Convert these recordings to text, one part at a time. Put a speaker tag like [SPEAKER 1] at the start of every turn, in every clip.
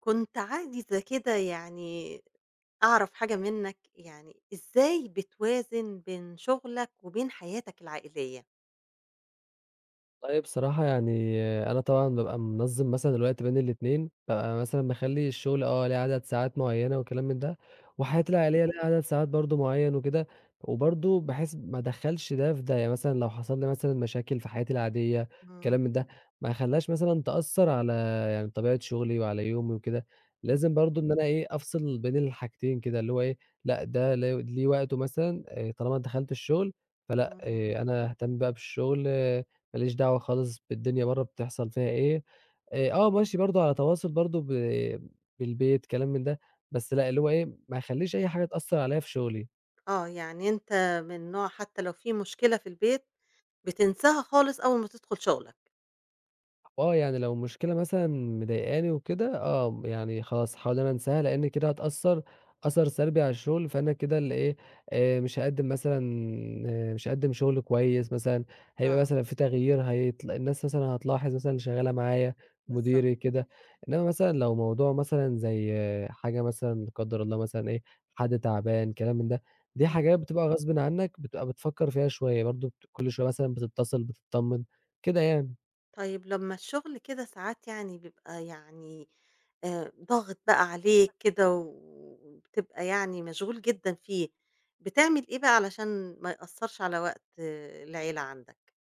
[SPEAKER 1] كنت عايزة كده يعني أعرف حاجة منّك، يعني إزاي بتوازن بين شغلك وبين حياتك العائلية؟
[SPEAKER 2] والله بصراحة يعني أنا طبعًا بابقى منظّم مثلًا الوقت بين الاتنين، بابقى مثلًا باخلّي الشغل ليه عدد ساعات معيّنة وكلام من ده،
[SPEAKER 1] إمم.
[SPEAKER 2] وحياتي العائلية ليها عدد ساعات برضه معيّن وكده، وبرضه بحيث ما ادخّلش ده في ده، يعني مثلًا لو حصل لي مثلًا مشاكل في حياتي العادية
[SPEAKER 1] إمم،
[SPEAKER 2] كلام من ده، ما اخلّيهاش مثلًا تأثّر على يعني طبيعة شغلي وعلى يومي وكده،
[SPEAKER 1] إمم،
[SPEAKER 2] لازم برضه إن أنا إيه أفصل بين الحاجتين كده، اللي هو إيه لأ ده ليه وقته مثلًا طالما دخلت الشغل فلأ
[SPEAKER 1] إمم.
[SPEAKER 2] أنا هاهتم بقى بالشغل ما ليش دعوة خالص بالدنيا برّه بتحصل فيها إيه، ماشي برضه على تواصل برضه بالبيت كلام من ده، بس لأ اللي هو إيه، ما اخلّيش أي حاجة تأثّر عليّا في شغلي.
[SPEAKER 1] آه، يعني أنت من نوع حتى لو في مشكلة في البيت بتنساها خالص أول ما تدخل شغلك.
[SPEAKER 2] آه، يعني لو مشكلة مثلًا مضايقاني وكده آه، يعني خلاص هاحاول إن أنا أنساها، لإن كده هتأثّر أثَر سلبي على الشغل، فأنا كده اللي إيه، مش هاقدّم مثلًا مش هاقدّم شغل كويس مثلًا، هيبقى
[SPEAKER 1] آه،
[SPEAKER 2] مثلًا في تغيير هيطل الناس مثلًا هتلاحظ مثلًا اللي شغّالة معايا،
[SPEAKER 1] بالضبط.
[SPEAKER 2] مديري كده، إنّما مثلًا لو موضوع مثلًا زي حاجة مثلًا لا قدّر الله مثلًا إيه، حد تعبان كلام من ده، دي
[SPEAKER 1] إمم.
[SPEAKER 2] حاجات بتبقى غصبٍ عنّك بتبقى بتفكّر فيها شوية برضه كل شوية مثلًا بتتصل بتتطمّن، كده يعني.
[SPEAKER 1] طيب لمّا الشغل كده ساعات يعني بيبقى يعني ضاغط بقى عليك كده وبتبقى يعني مشغول جدًا فيه، بتعمل إيه بقى علشان ما يأثّرش على وقت العيلة عندك؟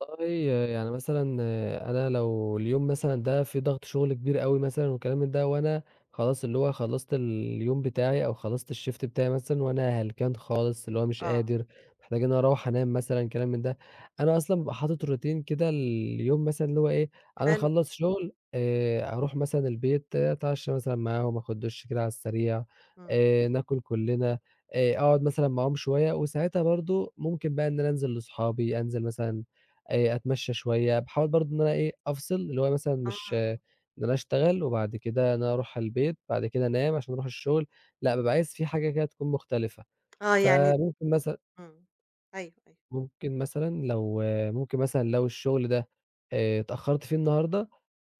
[SPEAKER 2] والله يعني مثلًا آه، أنا لو اليوم مثلًا ده فيه ضغط شغل كبير أوي مثلًا والكلام من ده، وأنا خلاص اللي هو خلّصت اليوم بتاعي أو خلّصت الShift بتاعي مثلًا وأنا هلكان خالص، اللي هو مش
[SPEAKER 1] آه،
[SPEAKER 2] قادر، محتاج إن أنا أروّح أنام مثلًا كلام من ده، أنا أصلًا بابقى حاطط روتين كده اليوم مثلًا اللي هو إيه، أنا
[SPEAKER 1] حلو،
[SPEAKER 2] أخلّص شغل
[SPEAKER 1] إمم،
[SPEAKER 2] أروح مثلًا البيت آه، أتعشى مثلًا معاهم، آخد دُش كده على السريع،
[SPEAKER 1] إمم،
[SPEAKER 2] ناكل كلّنا، أقعد مثلًا معاهم شوية، وساعتها برضه ممكن بقى إن أنا أنزل لأصحابي، أنزل مثلًا أتمشّى شوية، باحاول برضه إن أنا إيه، أفصل، اللي هو مثلًا مش
[SPEAKER 1] آه،
[SPEAKER 2] إن أنا أشتغل وبعد كده إن أنا أروح على البيت، بعد كده أنام عشان أروح الشغل، لأ، بابقى عايز في حاجة كده تكون مختلفة.
[SPEAKER 1] آه يعني
[SPEAKER 2] فممكن مثلًا
[SPEAKER 1] إمم، أيوه، أيوه،
[SPEAKER 2] ممكن مثلًا لو ممكن مثلًا لو الشغل ده اتأخّرت فيه النهارده،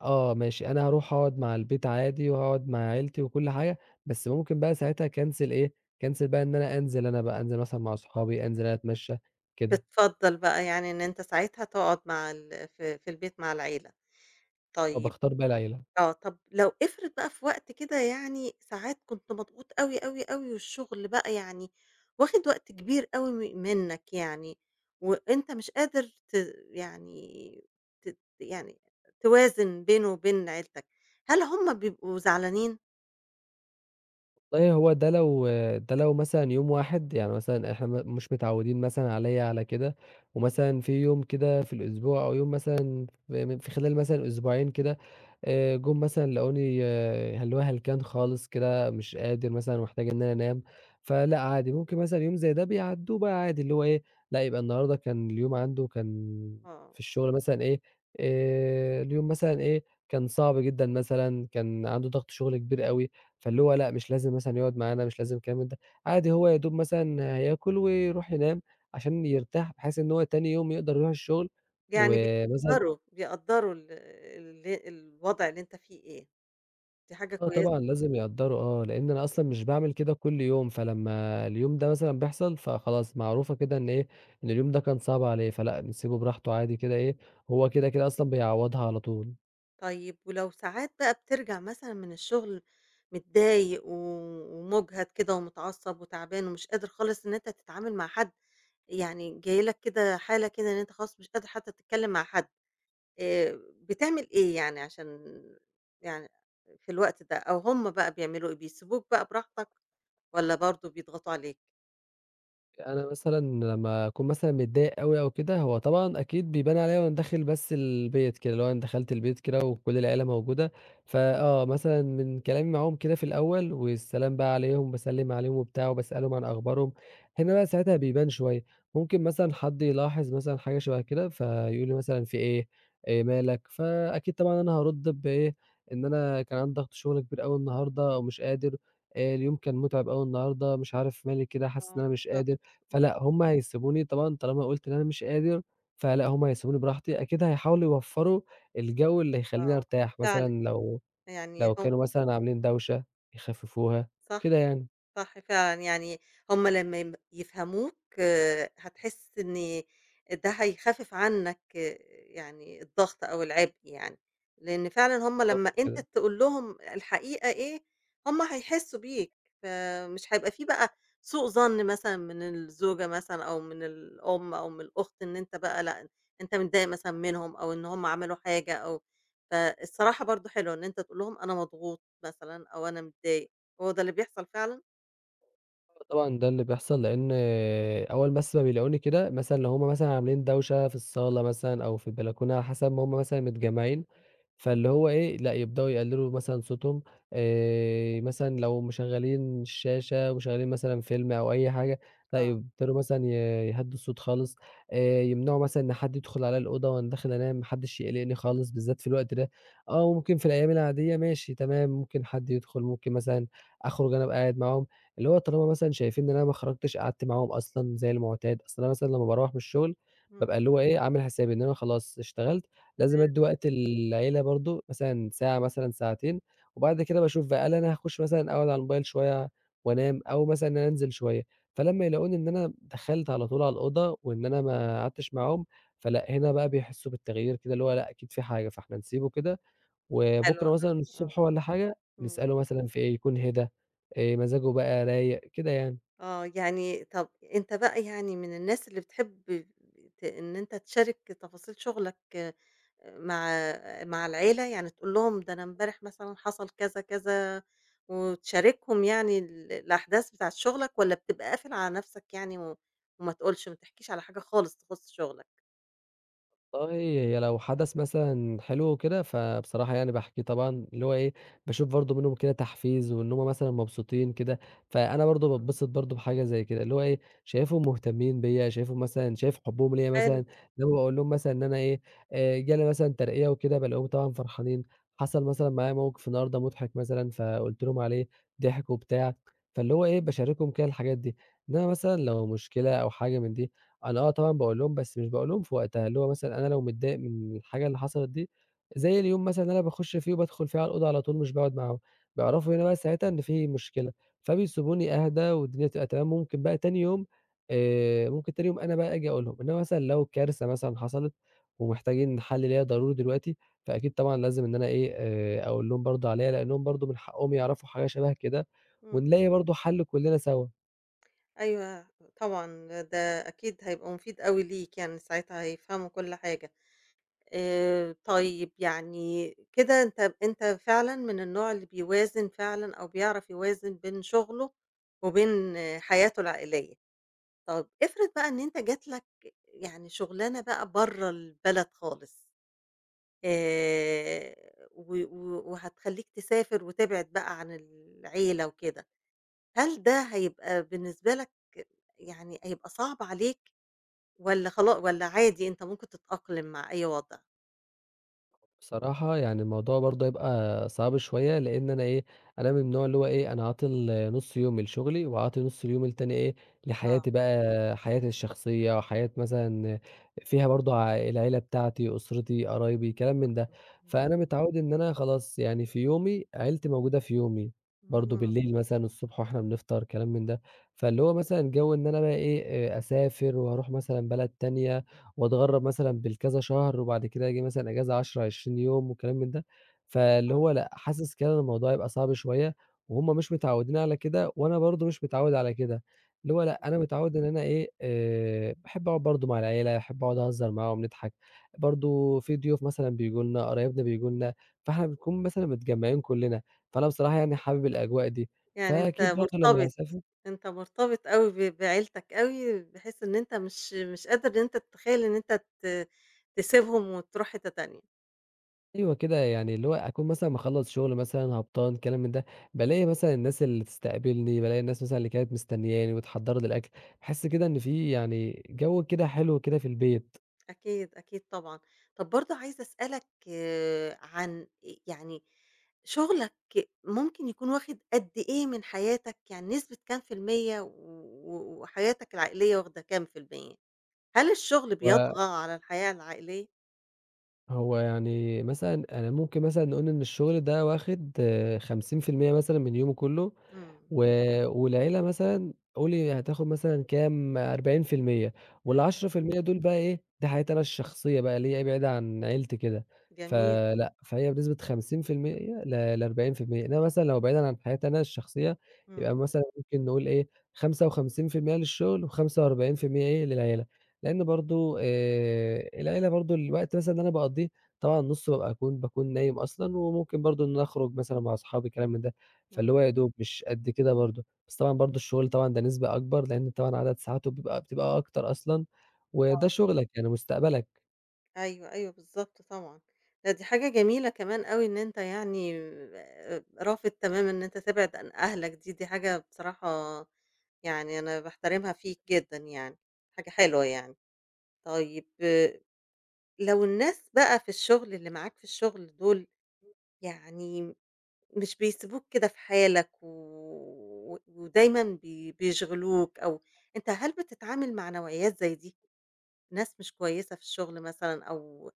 [SPEAKER 2] آه ماشي، أنا هاروح أقعد مع البيت عادي وهاقعد مع عيلتي وكل حاجة، بس ممكن بقى ساعتها أكنسل إيه، أكنسل بقى إن أنا أنزل أنا بقى، أنزل مثلًا مع صحابي، أنزل أنا أتمشّى كده،
[SPEAKER 1] بتفضّل بقى يعني إن أنت ساعتها تقعد مع في البيت مع العيلة، طيب
[SPEAKER 2] فباختار بقى العيلة.
[SPEAKER 1] آه، طب لو افرض بقى في وقت كده يعني ساعات كنت مضغوط أوي، أوي، أوي، والشغل بقى يعني واخد وقت كبير أوي منّك يعني، وأنت مش قادر يعني يعني توازن بينه وبين عيلتك، هل هُم بيبقوا زعلانين؟
[SPEAKER 2] والله هو ده لو مثلًا يوم واحد، يعني مثلًا إحنا مش متعودين مثلًا عليَّ على كده، ومثلًا في يوم كده في الأسبوع أو يوم مثلًا في خلال مثلًا أسبوعين كده، جُم مثلًا لقوني آه، اللي هو هلكان خالص كده، مش قادر مثلًا ومحتاج إن أنا أنام، فلأ عادي ممكن مثلًا يوم زي ده بيعدّوه بقى عادي، اللي هو إيه، لأ يبقى النهارده كان اليوم عنده كان
[SPEAKER 1] آه،
[SPEAKER 2] في الشغل مثلًا إيه، اليوم مثلًا إيه، كان صعب جدًا مثلًا، كان عنده ضغط شغل كبير أوي، فاللي هو لأ، مش لازم مثلًا يقعد معانا، مش لازم الكلام من ده، عادي هو يا دوب مثلًا هياكل ويروح ينام عشان يرتاح، بحيث إن هو تاني يوم يقدر يروح الشغل،
[SPEAKER 1] يعني
[SPEAKER 2] ومثلًا
[SPEAKER 1] بيقدّروا ال ال الوضع اللي أنت فيه إيه، دي حاجة
[SPEAKER 2] آه
[SPEAKER 1] كويسة.
[SPEAKER 2] طبعًا لازم يقدّروا آه، لإن أنا أصلًا مش باعمل كده كل يوم، فلمّا اليوم ده مثلًا بيحصل فخلاص معروفة كده إن إيه، إن اليوم ده كان صعب عليه، فلأ، نسيبه براحته عادي كده إيه، هو كده، كده أصلًا بيعوّضها على طول.
[SPEAKER 1] طيب ولو ساعات بقى بترجع مثلًا من الشغل متضايق ومُجهد كده ومتعصّب وتعبان ومش قادر خالص إن أنت تتعامل مع حد، يعني جاي لك كده حالة كده إن أنت خلاص مش قادر حتى تتكلّم مع حد، بتعمل إيه يعني عشان يعني في الوقت ده، أو هُم بقى بيعملوا إيه، بيسيبوك بقى براحتك والّا برضه بيضغطوا عليك؟
[SPEAKER 2] أنا مثلًا لمّا أكون مثلًا متضايق أوي أو كده، هو طبعًا أكيد بيبان عليَّ وأنا داخل بس البيت كده، اللي هو أنا دخلت البيت كده وكل العيلة موجودة، فآه مثلًا من كلامي معاهم كده في الأول والسلام بقى عليهم، باسلِّم عليهم وبتاع وباسألهم عن أخبارهم،
[SPEAKER 1] إمم،
[SPEAKER 2] هنا بقى ساعتها بيبان شوية، ممكن مثلًا حد يلاحظ مثلًا حاجة شبه كده، فيقول لي مثلًا في إيه، مالك، فأكيد طبعًا أنا هارُد بإيه، إن أنا كان عندي ضغط شغل كبير أوي النهارده ومش قادر، اليوم كان مُتعب أوي النهارده، مش عارف مالي كده، حاسس إن
[SPEAKER 1] آه
[SPEAKER 2] أنا مش قادر.
[SPEAKER 1] بالضبط، إمم،
[SPEAKER 2] فلأ، هُم هيسيبوني طبعًا طالما قُلت إن أنا مش قادر، فلأ، هُم هيسيبوني براحتي، أكيد هيحاولوا يوفّروا الجو اللي يخلّيني
[SPEAKER 1] آه
[SPEAKER 2] أرتاح،
[SPEAKER 1] فعلًا
[SPEAKER 2] مثلًا لو
[SPEAKER 1] يعني هو
[SPEAKER 2] كانوا مثلًا عاملين
[SPEAKER 1] إمم،
[SPEAKER 2] دوشة يخفّفوها،
[SPEAKER 1] صح.
[SPEAKER 2] كده يعني،
[SPEAKER 1] صح فعلًا، يعني هُم لمّا يفهموك هتحس إن ده هيخفف عنك يعني الضغط أو العبء يعني، لإن فعلًا هُم
[SPEAKER 2] بالضبط
[SPEAKER 1] لمّا أنت
[SPEAKER 2] كده.
[SPEAKER 1] تقول لهم الحقيقة إيه، هُم هيحسوا بيك، فمش هيبقى في بقى سوء ظن مثلًا من الزوجة مثلًا أو من الأم أو من الأخت إن أنت بقى لأ، أنت متضايق مثلًا منهم أو إن هُم عملوا حاجة أو فالصراحة برضه حلوة إن أنت تقول لهم أنا مضغوط مثلًا أو أنا متضايق، هو ده اللي بيحصل فعلًا؟
[SPEAKER 2] آه طبعًا ده اللي بيحصل، لإن أول بس ما بيلاقوني كده مثلًا لو هُم مثلًا عاملين دوشة في الصالة مثلًا أو في البلكونة على حسب ما هُم مثلًا
[SPEAKER 1] إمم،
[SPEAKER 2] متجمّعين، فاللي هو إيه، لأ يبدؤوا يقللوا مثلًا صوتهم مثلًا لو مشغّلين الشاشة ومشغّلين مثلًا فيلم أو أي حاجة، لأ
[SPEAKER 1] آه،
[SPEAKER 2] يبتدوا مثلًا يهدّوا الصوت خالص يمنعوا مثلًا إن حد يدخل عليَّ الأوضة وأنا داخل أنام، ما حدش يقلقني خالص بالذات في الوقت ده، آه ممكن في الأيام العادية ماشي تمام، ممكن حد يدخل، ممكن مثلًا أخرج أنا أبقى قاعد معاهم، اللي هو طالما مثلًا شايفين إن أنا ما خرجتش قعدت معاهم أصلًا زي المعتاد، أصل أنا مثلًا لمّا باروّح من الشغل
[SPEAKER 1] إمم،
[SPEAKER 2] بابقى اللي هو إيه، عامل حسابي إن أنا خلاص اشتغلت،
[SPEAKER 1] تمام
[SPEAKER 2] لازم أدّي وقت للعيلة برضه مثلًا ساعة مثلًا ساعتين، وبعد كده باشوف بقى هل أنا هاخش مثلًا أقعد على الموبايل شوية وأنام، أو مثلًا إن أنا أنزل شوية، فلمّا يلاقوني إن أنا دخلت على طول على الأوضة وإن أنا ما قعدتش معاهم، فلأ هنا بقى بيحسّوا بالتغيير كده اللي هو لأ أكيد في حاجة، فإحنا نسيبه كده
[SPEAKER 1] حلو
[SPEAKER 2] وبكرة مثلًا
[SPEAKER 1] أوي،
[SPEAKER 2] الصبح
[SPEAKER 1] آه،
[SPEAKER 2] والّا حاجة،
[SPEAKER 1] إمم،
[SPEAKER 2] نسأله مثلًا في إيه، يكون هدا، مزاجه بقى رايق، كده يعني.
[SPEAKER 1] آه، يعني طَب أنت بقى يعني من الناس اللي بتحب إن أنت تشارك تفاصيل شغلك مع مع العيلة، يعني تقول لهم ده أنا امبارح مثلًا حصل كذا، كذا، وتشاركهم يعني الأحداث بتاعة شغلك، والّا بتبقى قافل على نفسك يعني وما تقولش ما تحكيش على حاجة خالص تخُص شغلك؟
[SPEAKER 2] والله هي لو حدث مثلًا حلو وكده، فبصراحة يعني باحكيه طبعًا، اللي هو إيه، باشوف برضه منهم كده تحفيز وإن هم مثلًا مبسوطين كده، فأنا برضه
[SPEAKER 1] إمم،
[SPEAKER 2] باتبسط برضه بحاجة زي كده، اللي هو إيه، شايفهم مهتمين بيّا، شايفهم مثلًا شايف حبهم ليّا
[SPEAKER 1] حلو،
[SPEAKER 2] مثلًا، لمّا باقول لهم مثلًا إن أنا إيه، جالي مثلًا ترقية وكده، بالاقيهم طبعًا فرحانين. حصل
[SPEAKER 1] إمم،
[SPEAKER 2] مثلًا معايا موقف النهارده مضحك مثلًا، فقُلت لهم عليه، ضحكوا بتاع، فاللي هو إيه، باشاركهم كده الحاجات دي. إنما مثلًا لو مشكلة أو حاجة من دي أنا آه طبعًا باقول لهم، بس مش باقول لهم في وقتها، اللي هو مثلًا أنا لو متضايق من الحاجة اللي حصلت دي، زي اليوم مثلًا اللي أنا باخُش فيه وبادخل فيه على الأوضة على طول مش باقعد معاهم،
[SPEAKER 1] إمم،
[SPEAKER 2] بيعرفوا هنا بقى ساعتها إن في مشكلة، فبيسيبوني أهدى والدنيا تبقى تمام، ممكن بقى تاني يوم ممكن تاني يوم أنا بقى آجي أقول لهم، إنّما مثلًا لو كارثة مثلًا حصلت ومحتاجين حَل ليها ضروري دلوقتي، فأكيد طبعًا لازم إن أنا إيه، أقول لهم برضه عليها، لإنّهم برضه من حقّهم يعرفوا حاجة شَبه كده
[SPEAKER 1] إمم.
[SPEAKER 2] ونلاقي برضه حَل كُلّنا سوا.
[SPEAKER 1] أيوه طبعًا، ده أكيد هيبقى مفيد أوي ليك، يعني ساعتها هيفهموا كل حاجة. طيب يعني كده أنت فعلًا من النوع اللي بيوازن فعلًا أو بيعرف يوازن بين شغله وبين حياته العائلية. طب افرض بقى إن أنت جات لك يعني شغلانة بقى برّه البلد خالص، آآ و و وهتخلّيك تسافر وتبعد بقى عن العيلة وكده، هل ده هيبقى بالنسبة لك يعني هيبقى صعب عليك؟ والّا والّا عادي أنت ممكن تتأقلم مع أي وضع؟
[SPEAKER 2] بصراحة يعني الموضوع برضه هيبقى صعب شوية لأن أنا إيه أنا من النوع اللي هو إيه أنا عاطل نص يوم لشغلي وعاطل نص اليوم التاني إيه
[SPEAKER 1] آه،
[SPEAKER 2] لحياتي بقى حياتي الشخصية وحياة مثلا فيها برضه العيلة بتاعتي أسرتي قرايبي كلام من ده
[SPEAKER 1] إمم،
[SPEAKER 2] فأنا متعود إن أنا خلاص يعني في يومي عيلتي موجودة في يومي
[SPEAKER 1] إمم،
[SPEAKER 2] برضه
[SPEAKER 1] آه،
[SPEAKER 2] بالليل مثلا الصبح واحنا بنفطر كلام من ده فاللي هو مثلا جو ان انا بقى ايه آه، اسافر واروح مثلا بلد تانية واتغرّب مثلًا بالكذا شهر، وبعد كده آجي مثلًا إجازة 10، 20 يوم وكلام من ده، فاللي هو لأ، حاسس كده إن الموضوع هيبقى صعب شوية، وهُم مش متعوّدين على كده، وأنا برضه مش متعوّد على كده، اللي
[SPEAKER 1] إمم،
[SPEAKER 2] هو لأ،
[SPEAKER 1] إمم،
[SPEAKER 2] أنا متعوّد إن أنا إيه، باحب أقعد برضه مع العيلة، باحب أقعد أهزّر معاهم، نضحك، برضه في ضيوف مثلًا بييجوا لنا، قرايبنا بييجوا لنا، فإحنا بنكون مثلًا متجمّعين كُلّنا، فأنا بصراحة يعني حابب الأجواء دي،
[SPEAKER 1] يعني أنت
[SPEAKER 2] فأكيد برضه لمّا
[SPEAKER 1] مرتبط،
[SPEAKER 2] هاسافر
[SPEAKER 1] أوي بعيلتك أوي، بحيث إن أنت مش قادر إن أنت تتخيل إن أنت تسيبهم وتروح حتّة تانية،
[SPEAKER 2] أيوه كده، يعني اللي هو أكون مثلًا مخلّص شغل مثلًا هبطان كلام من ده، بالاقي مثلًا الناس اللي تستقبلني، بالاقي الناس مثلًا اللي كانت مستنياني وتحضّر لي الأكل، باحس كده إن في يعني جو كده حلو كده في البيت.
[SPEAKER 1] أكيد، أكيد طبعًا. طب برضه عايزة أسألك عن يعني شغلك ممكن يكون واخد قد إيه من حياتك، يعني نسبة كام في المِيّة وحياتك العائلية واخدة كام في المِيّة؟ هل الشغل
[SPEAKER 2] هو
[SPEAKER 1] بيطغى على الحياة العائلية؟
[SPEAKER 2] يعني مثلًا أنا ممكن مثلًا نقول إن الشغل ده واخد 50% مثلًا من يومي كلّه.
[SPEAKER 1] إمم،
[SPEAKER 2] و والعيلة مثلًا قولي هتاخد مثلًا كام 40%
[SPEAKER 1] تم
[SPEAKER 2] وال10% دول بقى إيه، دي حياتي أنا الشخصية بقى اللي هي إيه، بعيدة عن عيلتي كده،
[SPEAKER 1] جميل،
[SPEAKER 2] فلأ، فهي بنسبة 50% ل40%، إنما مثلًا لو بعيدًا عن حياتي أنا الشخصية
[SPEAKER 1] إمم،
[SPEAKER 2] يبقى مثلًا ممكن نقول إيه، 55% للشغل و45% إيه، للعيلة، لإن برضه العيلة برضه الوقت مثلًا اللي أنا باقضيه طبعًا نُصّه بابقى باكون نايم أصلًا، وممكن برضه إن أنا أخرج مثلًا مع أصحابي كلام من ده.
[SPEAKER 1] إمم،
[SPEAKER 2] فاللي هو يا دوب مش قد كده برضه، بس طبعًا برضه الشغل طبعًا ده نسبة أكبر، لإن طبعًا عدد ساعاته بتبقى أكتر أصلًا، وده
[SPEAKER 1] آه،
[SPEAKER 2] شغلك يعني مستقبلك.
[SPEAKER 1] أيوه، أيوه بالضبط طبعًا، دي حاجة جميلة كمان أوي إن أنت يعني رافض تمامًا إن أنت تبعد عن أهلك دي، دي حاجة بصراحة يعني أنا باحترمها فيك جدًا يعني، حاجة حلوة يعني. طيب لو الناس بقى في الشغل اللي معاك في الشغل دول يعني مش بيسيبوك كده في حالك ودايمًا بيشغلوك أو أنت هل بتتعامل مع نوعيات زي دي، ناس مش كويسة في الشغل مثلًا أو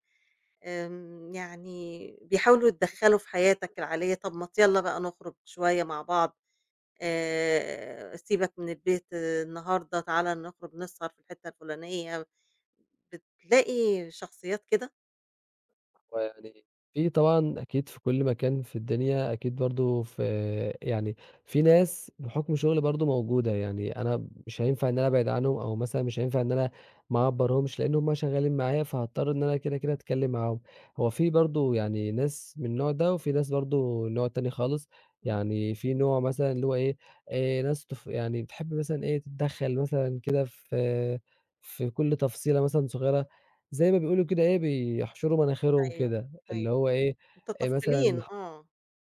[SPEAKER 1] يعني بيحاولوا يتدخلوا في حياتك العالية، طب ما ت يالّا بقى نخرج شوية مع بعض، سيبك من البيت النهارده، تعالَ نخرج نسهر في الحتة الفلانية، بتلاقي شخصيات كده؟
[SPEAKER 2] هو يعني في طبعًا أكيد في كل مكان في الدنيا أكيد برضه في يعني في ناس بحُكم شُغلي برضه موجودة، يعني أنا مش هينفع إن أنا أبعد عنهم أو مثلًا مش هينفع إن أنا ما أعبّرهمش، لإن هم شغّالين معايا فهاضطر إن أنا كده، كده أتكلّم معاهم. هو في برضه يعني ناس من النوع ده وفي ناس برضه النوع التاني خالص،
[SPEAKER 1] إمم.
[SPEAKER 2] يعني في نوع مثلًا اللي هو إيه، ناس يعني بتحب مثلًا إيه، تتدخّل مثلًا كده في كل تفصيلة مثلًا صغيرة زي ما بيقولوا كده إيه، بيحشروا مناخيرهم
[SPEAKER 1] أيوه،
[SPEAKER 2] كده،
[SPEAKER 1] أيوه،
[SPEAKER 2] اللي هو إيه، مثلًا
[SPEAKER 1] متطفلين
[SPEAKER 2] ح
[SPEAKER 1] آه،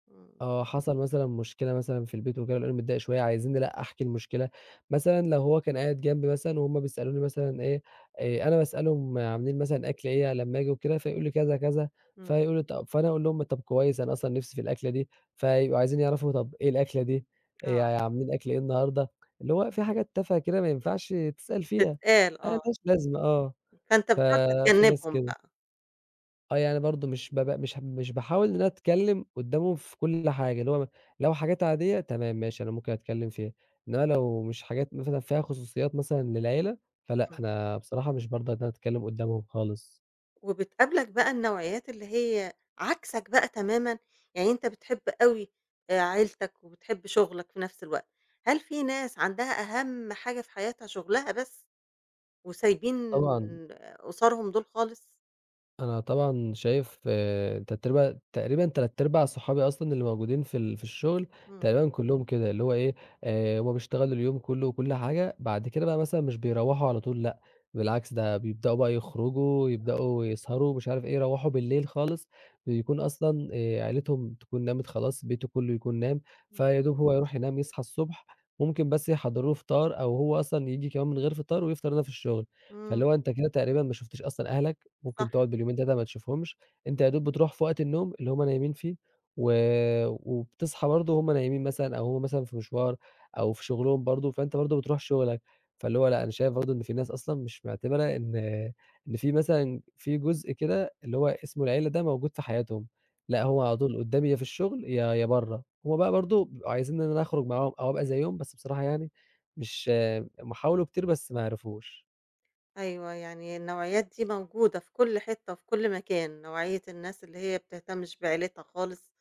[SPEAKER 1] إمم،
[SPEAKER 2] آه، حصل مثلًا مشكلة مثلًا في البيت وكده، لقوني متضايق شوية، عايزين نلأ أحكي المشكلة، مثلًا لو هو كان قاعد جنبي مثلًا وهُم بيسألوني مثلًا إيه، أنا باسألهم عاملين مثلًا أكل إيه لمّا آجي وكده، فيقولوا لي كذا، كذا،
[SPEAKER 1] إمم،
[SPEAKER 2] فيقولوا طب فأنا أقول لهم طب كويس أنا أصلًا نِفْسي في الأكلة دي، فيبقوا عايزين يعرفوا طب إيه الأكلة دي،
[SPEAKER 1] آه.
[SPEAKER 2] عاملين أكل إيه النهارده، اللي هو في حاجات تافهة كده ما ينفعش تسأل فيها،
[SPEAKER 1] بتتقال
[SPEAKER 2] ما
[SPEAKER 1] آه،
[SPEAKER 2] لهاش لازمة آه،
[SPEAKER 1] فأنت بتحاول
[SPEAKER 2] ففي ناس
[SPEAKER 1] تتجنبهم
[SPEAKER 2] كده.
[SPEAKER 1] بقى،
[SPEAKER 2] آه، يعني برضه مش بابقى مش باحاول إن أنا أتكلّم قدّامهم في كل حاجة، اللي هو لو حاجات عادية تمام ماشي أنا ممكن أتكلّم فيها، إنّما لو مش حاجات مثلًا فيها خصوصيات مثلًا للعيلة، فلأ،
[SPEAKER 1] إمم،
[SPEAKER 2] أنا بصراحة مش بارضى إن أنا أتكلّم قدّامهم خالص.
[SPEAKER 1] وبتقابلك بقى النوعيات اللي هي عكسك بقى تمامًا، يعني أنت بتحب أوي عيلتك وبتحب شغلك في نفس الوقت، هل في ناس عندها أهم حاجة في حياتها شغلها بس وسايبين
[SPEAKER 2] طبعًا.
[SPEAKER 1] قصارهم دول خالص؟
[SPEAKER 2] أنا طبعًا شايف تتربة تقريبًا تلات أرباع صحابي أصلًا اللي موجودين في الشغل
[SPEAKER 1] إمم،
[SPEAKER 2] تقريبًا كلّهم كده، اللي هو إيه، هُم بيشتغلوا اليوم كلّه وكل حاجة، بعد كده بقى مثلًا مش بيروّحوا على طول لأ، بالعكس ده بيبدأوا بقى يخرجوا،
[SPEAKER 1] آه،
[SPEAKER 2] يبدأوا يسهروا، مش عارف إيه، يروّحوا بالليل خالص، بيكون أصلًا عيلتهم تكون نامت خلاص، بيته كلّه يكون نام،
[SPEAKER 1] إمم،
[SPEAKER 2] فيا دوب هو يروح ينام يصحى الصبح، ممكن بس يحضّروا له فطار أو هو أصلًا ييجي كمان من غير فطار ويفطر هنا في الشغل، فاللي
[SPEAKER 1] إمم،
[SPEAKER 2] هو أنت كده تقريبًا ما شُفتش أصلًا أهلك
[SPEAKER 1] صح،
[SPEAKER 2] ممكن تقعد باليومين 3 ما تشوفهمش، أنت يا دوب بتروح في وقت النوم اللي هُم نايمين فيه، و وبتصحى برضه وهُم نايمين مثلًا أو هُم مثلًا في مشوار أو في شغلهم برضه، فأنت برضه بتروح شغلك، فاللي هو لأ، أنا شايف برضه إن في ناس أصلًا مش معتبرة إن في مثلًا في جزء كده اللي هو اسمه العيلة ده موجود في حياتهم، لأ،
[SPEAKER 1] آه.
[SPEAKER 2] هو على طول قدامي يا في الشغل يا برّه، هُم بقى برضه بيبقوا عايزين إن أنا أخرج معاهم أو أبقى زيّهم، بس بصراحة يعني مش هُم حاولوا كتير بس ما عرفوش.
[SPEAKER 1] أيوه، يعني النوعيات دي موجودة في كل حتّة وفي كل مكان، نوعية الناس اللي هي بتهتمش بعيلتها خالص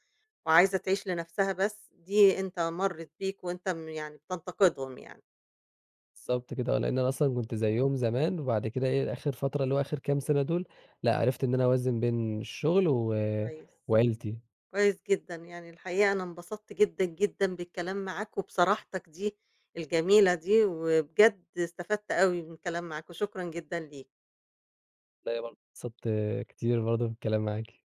[SPEAKER 1] وعايزة تعيش لنفسها بس، دي أنت مرّيت بيك وأنت يعني بتنتقدهم يعني،
[SPEAKER 2] بالضبط كده آه، لإن أنا أصلًا كنت زيّهم زمان، وبعد كده إيه، آخر فترة اللي هو آخر كام سَنة دول، لأ عرفت إن أنا أوازن بين الشغل
[SPEAKER 1] كويس،
[SPEAKER 2] وعيلتي،
[SPEAKER 1] كويس جدًا، يعني الحقيقة أنا انبسطت جدًا، جدًا بالكلام معاك وبصراحتك دي الجميلة دي، وبجد استفدت أوي من الكلام معاك وشكرًا جدًا ليك.
[SPEAKER 2] لا برضه اتبسطت كتير برضه بالكلام معاكِ.